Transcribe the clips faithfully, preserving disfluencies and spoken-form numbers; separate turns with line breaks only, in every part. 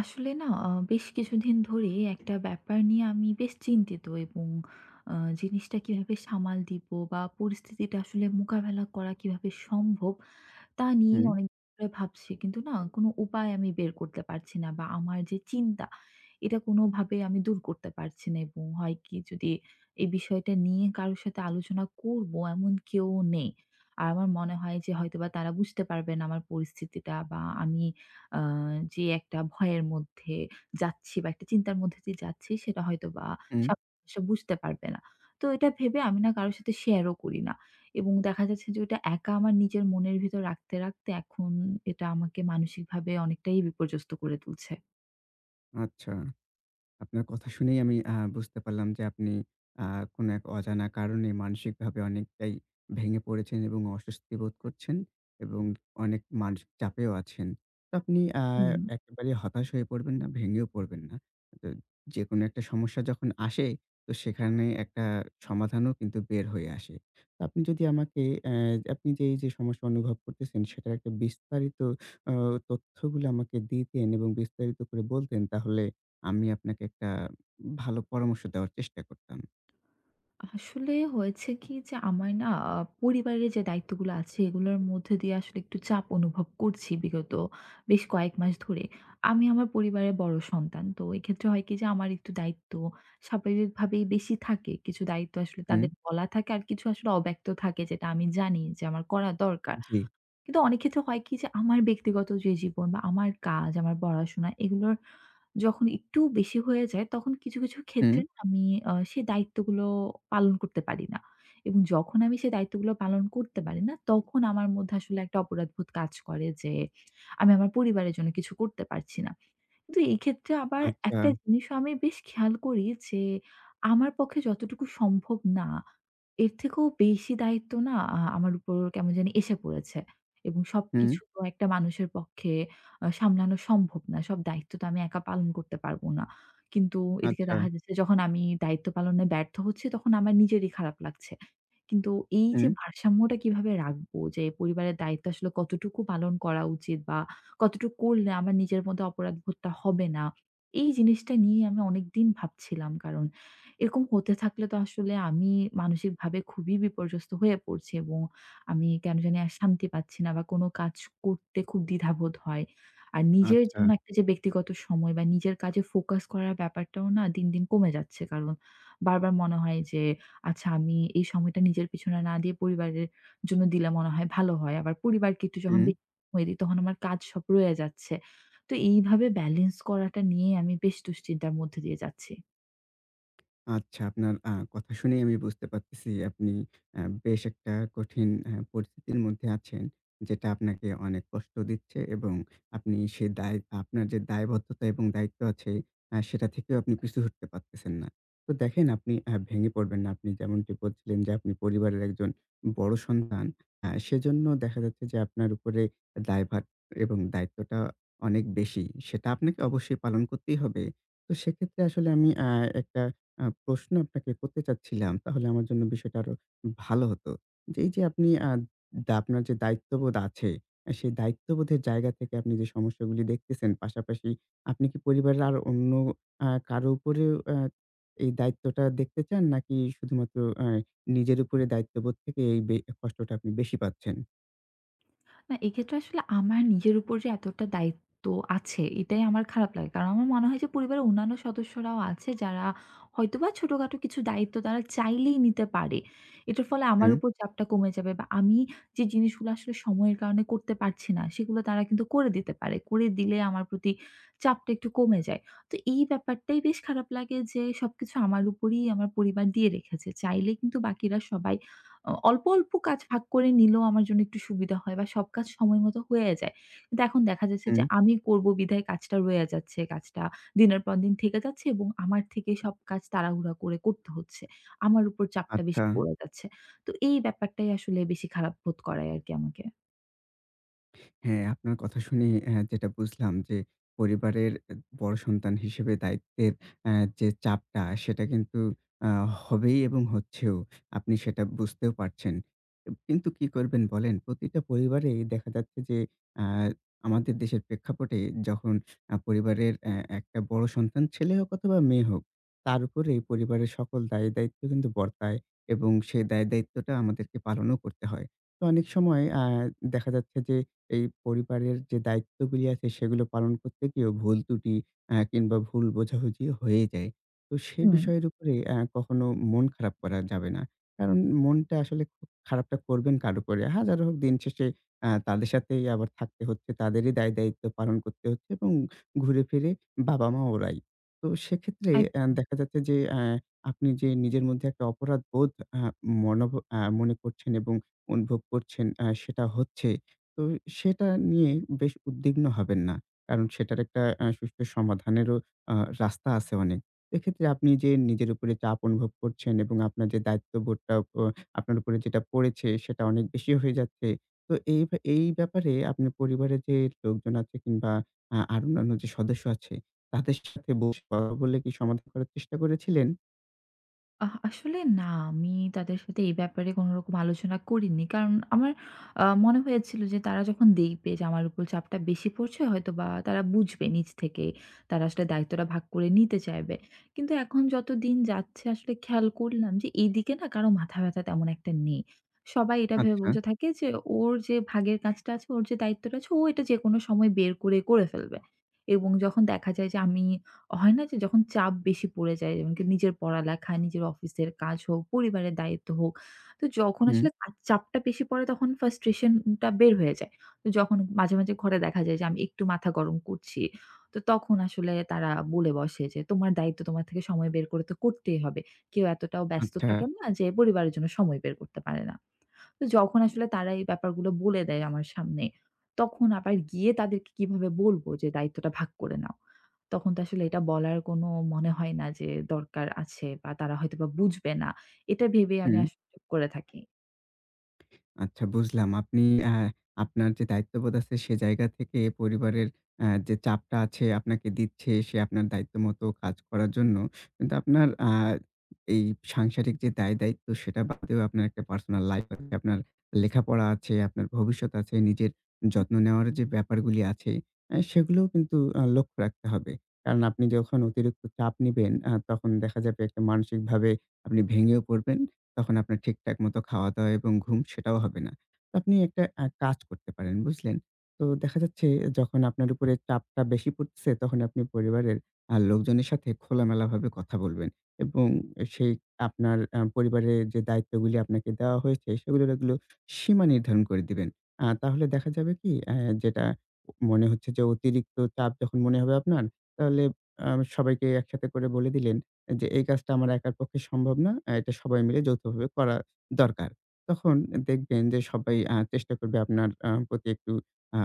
আসলে না আ বেশ কিছুদিন ধরেই একটা ব্যাপার নিয়ে আমি বেশ চিন্তিত এবং আ জিনিসটা কিভাবে সামাল দিব বা পরিস্থিতিটা আসলে মোকাবেলা করা কিভাবে সম্ভব তা নিয়ে
হুম,
অনেক করে ভাবছি। কিন্তু না কোনো উপায় আমি বের করতে পারছি না বা আমার যে চিন্তা এটা কোনোভাবে আমি দূর করতে পারছি না, এবং হয় কি যদি এই বিষয়টা নিয়ে কারো সাথে আলোচনা করব এমন কেউ নেই। আর আমার মনে হয় যে হয়তোবা তারা বুঝতে পারবে না আমার পরিস্থিতিটা, বা আমি আ যে একটা ভয়ের মধ্যে যাচ্ছি বা একটা চিন্তার মধ্যে দিয়ে যাচ্ছি সেটা হয়তোবা
হুম।
সামনের মানুষটা বুঝতে পারবে না। তো এটা ভেবে আমি না কারো সাথে শেয়ারও করি না। এবং দেখা যাচ্ছে যে ওটা একা আমার নিজের মনের ভিতর রাখতে, রাখতে এখন এটা আমাকে মানসিকভাবে অনেকটাই বিপর্যস্ত করে তুলছে।
আচ্ছা। আপনার কথা শুনেই আমি আ বুঝতে পারলাম যে আপনি আ কোনো এক অজানা কারণে মানসিকভাবে অনেকটাই ভেঙে পড়েছেন এবং অস্বস্তি বোধ করছেন এবং অনেক মানসিক চাপেও আছেন। তো আপনি আ
হুম।
একেবারেই হতাশ হয়ে পড়বেন না, ভেঙেও পড়বেন না। তো যেকোনো একটা সমস্যা যখন আসে তো সেখানে একটা সমাধানও কিন্তু বের হয়ে আসে। তো আপনি যদি আমাকে অ্যা আপনি যে এই যে সমস্যা অনুভব করতেছেন সেটার একটা বিস্তারিত অ তথ্যগুলো আমাকে দিতেন এবং বিস্তারিত করে বলতেন তাহলে আমি আপনাকে একটা ভালো পরামর্শ দেওয়ার চেষ্টা করতাম।
আসলে হয়েছে কি, যে আমার না আহ, পরিবারের যে দায়িত্বগুলো আছে এগুলোর মধ্যে দিয়ে আসলে একটু চাপ অনুভব করছি বিগত বেশ কয়েক মাস ধরে। আমি আমার পরিবারের বড় সন্তান। তো এক্ষেত্রে হয় কি, যে আমার একটু দায়িত্ব স্বাভাবিকভাবেই বেশি থাকে। কিছু দায়িত্ব আসলে
হুম,
তাদের বলা থাকে, আর কিছু আসলে অব্যক্ত থাকে যেটা আমি জানি যে আমার করা দরকার।
জি,
কিন্তু অনেক ক্ষেত্রে হয় কি, যে আমার ব্যক্তিগত যে জীবন বা আমার কাজ, আমার পড়াশোনা এগুলোর যখন একটু বেশি হয়ে যায়, তখন কিছু, কিছু
হুম,
ক্ষেত্রে না আমি আ সে দায়িত্বগুলো পালন করতে পারি না। এবং যখন আমি সেই দায়িত্বগুলো পালন করতে পারি না, তখন আমার মধ্যে আসলে একটা অপরাধবোধ কাজ করে যে আমি আমার পরিবারের জন্য কিছু করতে পারছি না। কিন্তু এই ক্ষেত্রে আবার
আচ্ছা,
একটা জিনিসও আমি বেশ খেয়াল করি যে, আমার পক্ষে যতটুকু সম্ভব না, এর থেকেও বেশি দায়িত্ব না আ আমার উপর কেমন জানি এসে পড়েছে। এবং
হুম,
সবকিছু তো একটা মানুষের পক্ষে আ সামলানো সম্ভব না। সব দায়িত্ব তো আমি একা পালন করতে পারব না। কিন্তু এদিকে
আচ্ছা,
দেখা যাচ্ছে, যখন আমি দায়িত্ব পালনে ব্যর্থ হচ্ছি, তখন আমার নিজেরই খারাপ লাগছে। কিন্তু এই যে
হুম,
ভারসাম্যটা কিভাবে রাখবো যে, পরিবারের দায়িত্ব আসলে কতটুকু পালন করা উচিত, বা কতটুকু করলে আমার নিজের মধ্যে অপরাধবোধটা হবে না? এই জিনিসটা নিয়ে আমি অনেকদিন ভাবছিলাম। কারণ এরকম হতে থাকলে তো আসলে আমি মানসিকভাবে খুবই বিপর্যস্ত হয়ে পড়ছি, এবং আমি কেন জানি আর শান্তি পাচ্ছি না, বা কোনো কাজ করতে খুব দ্বিধাবোধ হয়। আর নিজের
আচ্ছা,
জন্য একটা যে ব্যক্তিগত সময় বা নিজের কাজে ফোকাস করার ব্যাপারটাও না দিন, দিন কমে যাচ্ছে। কারণ বারবার মনে হয় যে, আচ্ছা, আমি এই সময়টা নিজের পিছনে না দিয়ে পরিবারের জন্য দিলে মনে হয় ভালো হয়। আবার পরিবারকে একটু যখন
হুম।
বেশি হয়ে দিই, তখন আমার কাজ সব রয়ে যাচ্ছে। তো এইভাবে ব্যালেন্স করাটা নিয়ে আমি বেশ দুশ্চিন্তার মধ্যে দিয়ে যাচ্ছি।
আচ্ছা, আপনার আ কথা শুনেই আমি বুঝতে পারতেছি আপনি আ বেশ একটা কঠিন আ পরিস্থিতির মধ্যে আছেন। যেটা আপনাকে অনেক কষ্ট দিচ্ছে এবং আপনি সেই দায় আপনার যে দায়বদ্ধতা এবং দায়িত্ব আছে আ সেটা থেকেও আপনি পিছু হটতে পারতেছেন না। তো দেখেন আপনি আ ভেঙে পড়বেন না। আপনি যেমনটি বলছিলেন যে আপনি পরিবারের একজন বড় সন্তান। আ সেজন্য দেখা যাচ্ছে যে আপনার উপরে দায়ভার এবং দায়িত্বটা অনেক বেশি। সেটা আপনাকে অবশ্যই পালন করতেই হবে। তো সেক্ষেত্রে আসলে আমি আ একটা আ প্রশ্ন আপনাকে করতে চাচ্ছিলাম। তাহলে আমার জন্য বিষয়টা আরো ভালো হতো। যে এই যে আপনি আ দা আপনার যে দায়িত্ববোধ আছে, আ সেই দায়িত্ববোধের জায়গা থেকে আপনি যে সমস্যাগুলি দেখতেছেন, পাশাপাশি আপনি কি পরিবারের আর অন্য আ কারো উপরেও আ এই দায়িত্বটা দেখতে চান? নাকি শুধুমাত্র আ নিজের উপরে দায়িত্ববোধ থেকে এই বে কষ্টটা আপনি বেশি পাচ্ছেন?
না, এক্ষেত্রে আসলে আমার নিজের উপর যে এতটা দায়িত্ব আছে এটাই আমার খারাপ লাগে। কারণ আমার মনে হয় যে পরিবারের অন্যান্য সদস্যরাও আছে, যারা হয়তোবা ছোটখাটো কিছু দায়িত্ব তারা চাইলেই নিতে পারে। এটার ফলে আমার
হুম,
উপর চাপটা কমে যাবে, বা আমি যে জিনিসগুলো আসলে সময়ের কারণে করতে পারছি না, সেগুলো তারা কিন্তু করে দিতে পারে। করে দিলে আমার প্রতি চাপটা একটু কমে যায়। তো এই ব্যাপারটাই বেশ খারাপ লাগে, যে সবকিছু আমার উপরেই আমার পরিবার দিয়ে রেখেছে। চাইলে কিন্তু বাকিরা সবাই অ অল্প, অল্প কাজ ভাগ করে নিলেও আমার জন্য একটু সুবিধা হয়, বা সব কাজ সময়মতো হয়ে যায়। কিন্তু এখন দেখা যাচ্ছে
হুম।
যে আমি করব বিধায় কাজটা রয়ে যাচ্ছে। কাজটা দিনের পর দিন থেকে যাচ্ছে, এবং আমার থেকে সব কাজ তাড়াহুড়া করে করতে হচ্ছে। আমার উপর চাপটা
আচ্ছা।
বেশি পড়ে যাচ্ছে। তো এই ব্যাপারটাই আসলে বেশি খারাপ বোধ করায় আরকি আমাকে।
হ্যাঁ, আপনার কথা শুনে অ্যা যেটা বুঝলাম যে পরিবারের অ্যা বড় সন্তান হিসেবে দায়িত্বের অ্যা যে চাপটা সেটা কিন্তু আ হবেই এবং হচ্ছেও। আপনি সেটা বুঝতেও পারছেন। এব কিন্তু কি করবেন বলেন? প্রতিটা পরিবারেই দেখা যাচ্ছে যে আ আমাদের দেশের প্রেক্ষাপটে যখন আ পরিবারের অ্যা একটা বড় সন্তান ছেলে হোক অথবা মেয়ে হোক, তার উপরেই পরিবারের সকল দায়-দায়িত্ব কিন্তু বর্তায় এবং সেই দায়-দায়িত্বটা আমাদেরকে পালনও করতে হয়। তো অনেক সময় আ দেখা যাচ্ছে যে এই পরিবারের যে দায়িত্বগুলি আছে সেগুলো পালন করতে গিয়েও ভুল ত্রুটি আ কিংবা ভুল বোঝাবুঝি হয়ে যায়। তো সে
হুম,
বিষয়ের উপরে আ কখনো মন খারাপ করা যাবে না। কারণ মনটা আসলে খুব খারাপটা করবেন কার উপরে? হাজার হোক দিন শেষে আ তাদের সাথেই আবার থাকতে হচ্ছে, তাদেরই দায়-দায়িত্ব পালন করতে হচ্ছে এবং ঘুরে ফিরে বাবা-মা ওরাই। তো সেক্ষেত্রে আ
একদম।
দেখা যাচ্ছে যে আ আপনি যে নিজের মধ্যে একটা অপরাধ বোধ আ মনোভ আ মনে করছেন এবং অনুভব করছেন আ সেটা হচ্ছে। তো সেটা নিয়ে বেশ উদ্বিগ্ন হবেন না। কারণ সেটার একটা আ সুষ্ঠু সমাধানেরও আ রাস্তা আছে অনেক। এক্ষেত্রে আপনি যে নিজের উপরে চাপ অনুভব করছেন এবং আপনার যে দায়িত্ববোধটা ও আপনার উপরে যেটা পড়েছে সেটা অনেক বেশি হয়ে যাচ্ছে। তো এই ভা এই ব্যাপারে আপনি পরিবারের যে লোকজন আছে কিংবা আ আরো অন্যান্য যে সদস্য আছে তাদের সাথে বসে কথা বলে কি সমাধান করার চেষ্টা করেছিলেন?
আহ আসলে না, আমি তাদের সাথে এই ব্যাপারে কোনরকম আলোচনা করিনি। কারণ আমার আ মনে হয়েছিল যে তারা যখন দেখবে যে আমার উপর চাপটা বেশি পড়ছে, হয়তোবা তারা বুঝবে নিজ থেকেই। তারা আসলে দায়িত্বটা ভাগ করে নিতে চাইবে। কিন্তু এখন যত দিন যাচ্ছে আসলে খেয়াল করলাম যে এইদিকে না কারো মাথা ব্যাথা তেমন একটা নেই। সবাই এটা ভেবে
আচ্ছা।
বসে থাকে যে ওর যে ভাগের কাজটা আছে, ওর যে দায়িত্বটা আছে, ও এটা যেকোনো সময় বের করে, করে ফেলবে। এবং যখন দেখা যায় যে আমি, হয় না যে যখন চাপ বেশি পড়ে যায়, যেমন কি নিজের পড়ালেখা, নিজের অফিসের কাজ হোক, পরিবারের দায়িত্ব হোক। তো যখন
হুম,
আসলে কাজ চাপটা বেশি পড়ে, তখন frustration টা বের হয়ে যায়। তো যখন মাঝে, মাঝে ঘরে দেখা যায় যে আমি একটু মাথা গরম করছি, তো তখন আসলে তারা বলে বসে যে, "তোমার দায়িত্ব তোমার থেকে সময় বের করে তো করতেই হবে। কেউ এতটাও ব্যস্ত
আচ্ছা।
থাকে না যে পরিবারের জন্য সময় বের করতে পারে না।" তো যখন আসলে তারা এই ব্যাপারগুলো বলে দেয় আমার সামনে, তখন আবার গিয়ে তাদেরকে কিভাবে বলব যে দায়িত্বটা ভাগ করে নাও? তখন তো আসলে এটা বলার কোনো মনে হয় না যে দরকার আছে, বা তারা হয়তোবা বুঝবে না। এটা ভেবে আমি
হুম।
আসলে চুপ করে থাকি।
আচ্ছা বুঝলাম। আপনি আ আপনার যে দায়িত্ববোধ আছে সে জায়গা থেকে পরিবারের আ যে চাপটা আছে আপনাকে দিচ্ছে সে আপনার দায়িত্বমত কাজ করার জন্য। কিন্তু আপনার আ এই সাংসারিক যে দায়-দায়িত্ব সেটা বাদেও আপনার একটা পার্সোনাল লাইফ আছে, আপনার লেখাপড়া আছে, আপনার ভবিষ্যৎ আছে, নিজের যত্ন নেওয়ার যে ব্যাপারগুলি আছে আ সেগুলোও কিন্তু আ লক্ষ্য রাখতে হবে। কারণ আপনি যখন অতিরিক্ত চাপ নিবেন আ তখন দেখা যাবে একটা মানসিকভাবে আপনি ভেঙেও পড়বেন। তখন আপনার ঠিকঠাক মতো খাওয়া-দাওয়া এবং ঘুম সেটাও হবে না। তো আপনি একটা আ কাজ করতে পারেন, বুঝলেন? তো দেখা যাচ্ছে যখন আপনার উপরে চাপটা বেশি পড়তেছে তখন আপনি পরিবারের আ লোকজনের সাথে খোলামেলাভাবে কথা বলবেন এবং সেই আপনার আ পরিবারের যে দায়িত্বগুলি আপনাকে দেওয়া হয়েছে সেগুলোর এগুলো সীমা নির্ধারণ করে দিবেন। আ তাহলে দেখা যাবে কি অ্যা যেটা মনে হচ্ছে যে অতিরিক্ত চাপ যখন মনে হবে আপনার তাহলে আ সবাইকে একসাথে করে বলে দিলেন যে এই কাজটা আমার একার পক্ষে সম্ভব না। আ এটা সবাই মিলে যৌথভাবে করা দরকার। তখন দেখবেন যে সবাই আ চেষ্টা করবে আপনার আ প্রতি একটু আ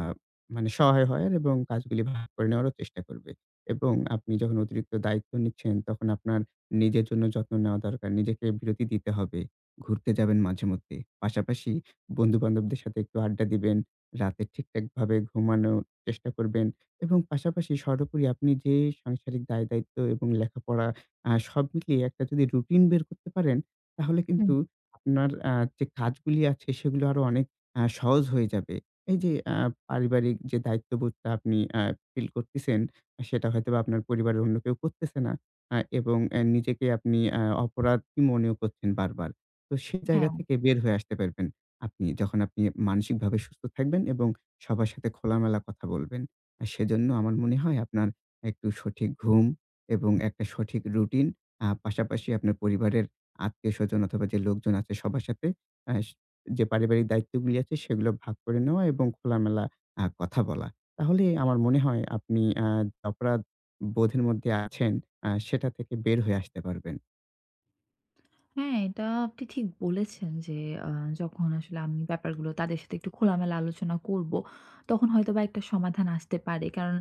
মানে সহায় হওয়ার এবং কাজগুলি ভাগ করে নেওয়ারও চেষ্টা করবে। এবং আপনি যখন অতিরিক্ত দায়িত্ব নিচ্ছেন তখন আপনার নিজের জন্য যত্ন নেওয়া দরকার। নিজেকে বিরতি দিতে হবে। ঘুরতে যাবেন মাঝেমধ্যে। পাশাপাশি বন্ধু-বান্ধবদের সাথে একটু আড্ডা দিবেন। রাতে ঠিকঠাকভাবে ঘুমানোর চেষ্টা করবেন এবং পাশাপাশি সর্বোপরি আপনি যে সাংসারিক দায়-দায়িত্ব এবং লেখাপড়া আ সব মিলিয়ে একটা যদি রুটিন বের করতে পারেন, তাহলে
হুম।
কিন্তু আপনার আ যে কাজগুলি আছে সেগুলো আরো অনেক আ সহজ হয়ে যাবে। এই যে আ পারিবারিক যে দায়িত্ববোধটা আপনি আ ফিল করতেছেন, আহ, সেটা হয়তোবা আপনার পরিবারের অন্য কেউ করতেছে না। আ এবং অ্যা নিজেকে আপনি আ অপরাধী মনেও করছেন বারবার। তো সেই জায়গা থেকে বের হয়ে আসতে পারবেন আপনি। যখন আপনি মানসিকভাবে সুস্থ থাকবেন এবং সবার সাথে খোলামেলা কথা বলবেন। আর সেজন্য আমার মনে হয় আপনার একটু সঠিক ঘুম এবং একটা সঠিক রুটিন আ পাশাপাশি আপনার পরিবারের আত্মীয়স্বজন অথবা যে লোকজন আছে সবার সাথে আ স যে পারিবারিক দায়িত্বগুলি আছে সেগুলো ভাগ করে নেওয়া এবং খোলামেলা আ কথা বলা। তাহলে আমার মনে হয় আপনি আ অপরাধ বোধের মধ্যে আছেন আ সেটা থেকে বের হয়ে আসতে পারবেন।
হ্যাঁ, এটা আপনি ঠিক বলেছেন যে, আ যখন আসলে আমি ব্যাপারগুলো তাদের সাথে একটু খোলামেলা আলোচনা করব, তখন হয়তোবা একটা সমাধান আসতে পারে। কারণ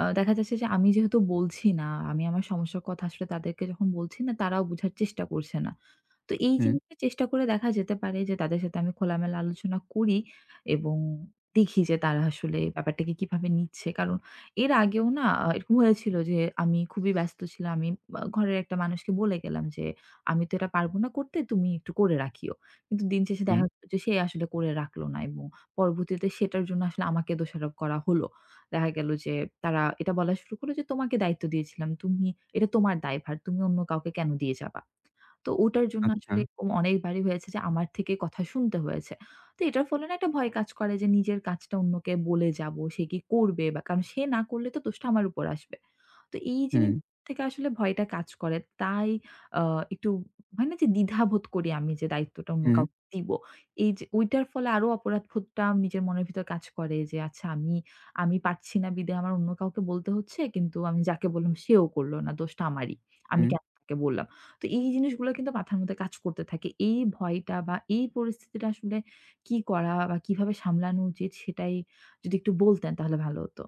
আ দেখা যাচ্ছে যে আমি যেহেতু বলছি না, আমি আমার সমস্যার কথা আসলে তাদেরকে যখন বলছি না, তারাও বোঝার চেষ্টা করছে না। তো এই
হুম,
জিনিসটা চেষ্টা করে দেখা যেতে পারে যে তাদের সাথে আমি খোলামেলা আলোচনা করি, এবং দেখি যে তারা আসলে ব্যাপারটাকে কিভাবে নিচ্ছে। কারণ এর আগেও না আ এরকম হয়েছিল যে আমি খুবই ব্যস্ত ছিলাম। আমি আ ঘরের একটা মানুষকে বলে গেলাম যে, আমি তো এটা পারব না করতে, তুমি একটু করে রাখিও। কিন্তু দিন শেষে
হুম,
দেখা গেল যে সে আসলে করে রাখলো না, এবং পরবর্তীতে সেটার জন্য আসলে আমাকে দোষারোপ করা হলো। দেখা গেল যে তারা এটা বলা শুরু করলো যে, "তোমাকে দায়িত্ব দিয়েছিলাম। তুমি, এটা তোমার দায়ভার। তুমি অন্য কাউকে কেন দিয়ে যাবা?" তো ওটার জন্য
আচ্ছা।
আসলে এরকম অনেকবারই হয়েছে যে আমার থেকে কথা শুনতে হয়েছে। তো এটার ফলে না একটা ভয় কাজ করে যে নিজের কাজটা অন্যকে বলে যাবো, সে কি করবে? বা, কারণ সে না করলে তো দোষটা আমার উপর আসবে। তো এই
হুম,
জিনিস থেকে আসলে ভয়টা কাজ করে। তাই আ একটু হয় না যে দ্বিধাবোধ করি আমি যে দায়িত্বটা অন্য
হুম,
কাউকে দিবো। এই যে ওইটার ফলে আরো অপরাধবোধটা নিজের মনের ভিতর কাজ করে যে, আচ্ছা, আমি, আমি পারছি না বিধায় আমার অন্য কাউকে বলতে হচ্ছে। কিন্তু আমি যাকে বললাম সেও করল না। দোষটা আমারই। আমি
হুম।
কেন তাকে বললাম? তো এই জিনিসগুলো কিন্তু মাথার মধ্যে কাজ করতে থাকে। এই ভয়টা বা এই পরিস্থিতিটা আসলে কি করা বা কিভাবে সামলানো উচিত, সেটাই যদি একটু বলতেন তাহলে ভালো হতো।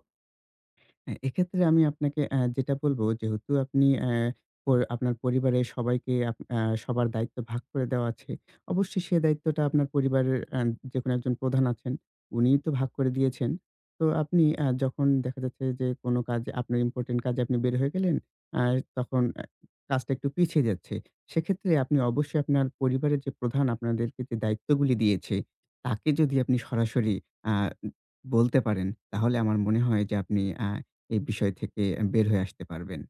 হ্যাঁ, এক্ষেত্রে আমি আপনাকে আ যেটা বলব যেহেতু আপনি অ্যা প আপনার পরিবারের সবাইকে আপ আ সবার দায়িত্ব ভাগ করে দেওয়া আছে। অবশ্যই সে দায়িত্বটা আপনার পরিবারের আ যেকোনো একজন প্রধান আছেন, উনিই তো ভাগ করে দিয়েছেন। তো আপনি আ যখন দেখা যাচ্ছে যে কোনো কাজে আপনার ইম্পোর্টেন্ট কাজে আপনি বের হয়ে গেলেন, আ তখন আ কাজটা একটু পিছিয়ে যাচ্ছে। সেক্ষেত্রে আপনি অবশ্যই আপনার পরিবারের যে প্রধান আপনাদেরকে যে দায়িত্বগুলি দিয়েছে, তাকে যদি আপনি সরাসরি আ বলতে পারেন, তাহলে আমার মনে হয় যে আপনি আ এই বিষয় থেকে অ্যা বের হয়ে আসতে পারবেন।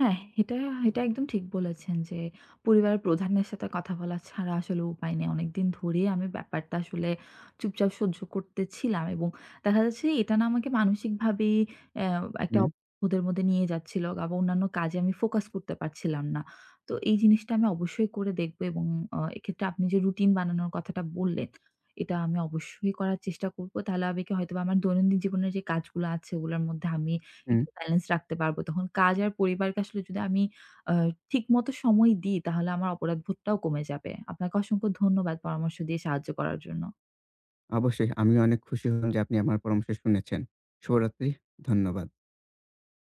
হ্যাঁ, এটা এটা একদম ঠিক বলেছেন যে, পরিবারের প্রধানের সাথে কথা বলা ছাড়া আসলে উপায় নেই। অনেকদিন ধরেই আমি ব্যাপারটা আসলে চুপচাপ সহ্য করতেছিলাম, এবং দেখা যাচ্ছে এটা না আমাকে মানসিকভাবেই অ্যা একটা
হুম,
অবরোধের মধ্যে নিয়ে যাচ্ছিল, আবার অন্যান্য কাজে আমি ফোকাস করতে পারছিলাম না। তো এই জিনিসটা আমি অবশ্যই করে দেখব, এবং আ এক্ষেত্রে আপনি যে রুটিন বানানোর কথাটা বললেন, এটা আমি অবশ্যই করার চেষ্টা করব। তাহলে হবে কি, হয়তোবা আমার দৈনন্দিন জীবনের যে কাজগুলো আছে ওগুলোর মধ্যে আমি
হুম।
একটু ব্যালেন্স রাখতে পারবো। তখন কাজ আর পরিবারকে আসলে যদি আমি আ ঠিকমতো সময় দিই, তাহলে আমার অপরাধবোধটাও কমে যাবে। আপনাকে অসংখ্য ধন্যবাদ পরামর্শ দিয়ে সাহায্য করার জন্য।
অবশ্যই আমিও অনেক খুশি হলাম যে আপনি আমার পরামর্শ শুনেছেন। শুভরাত্রি। ধন্যবাদ।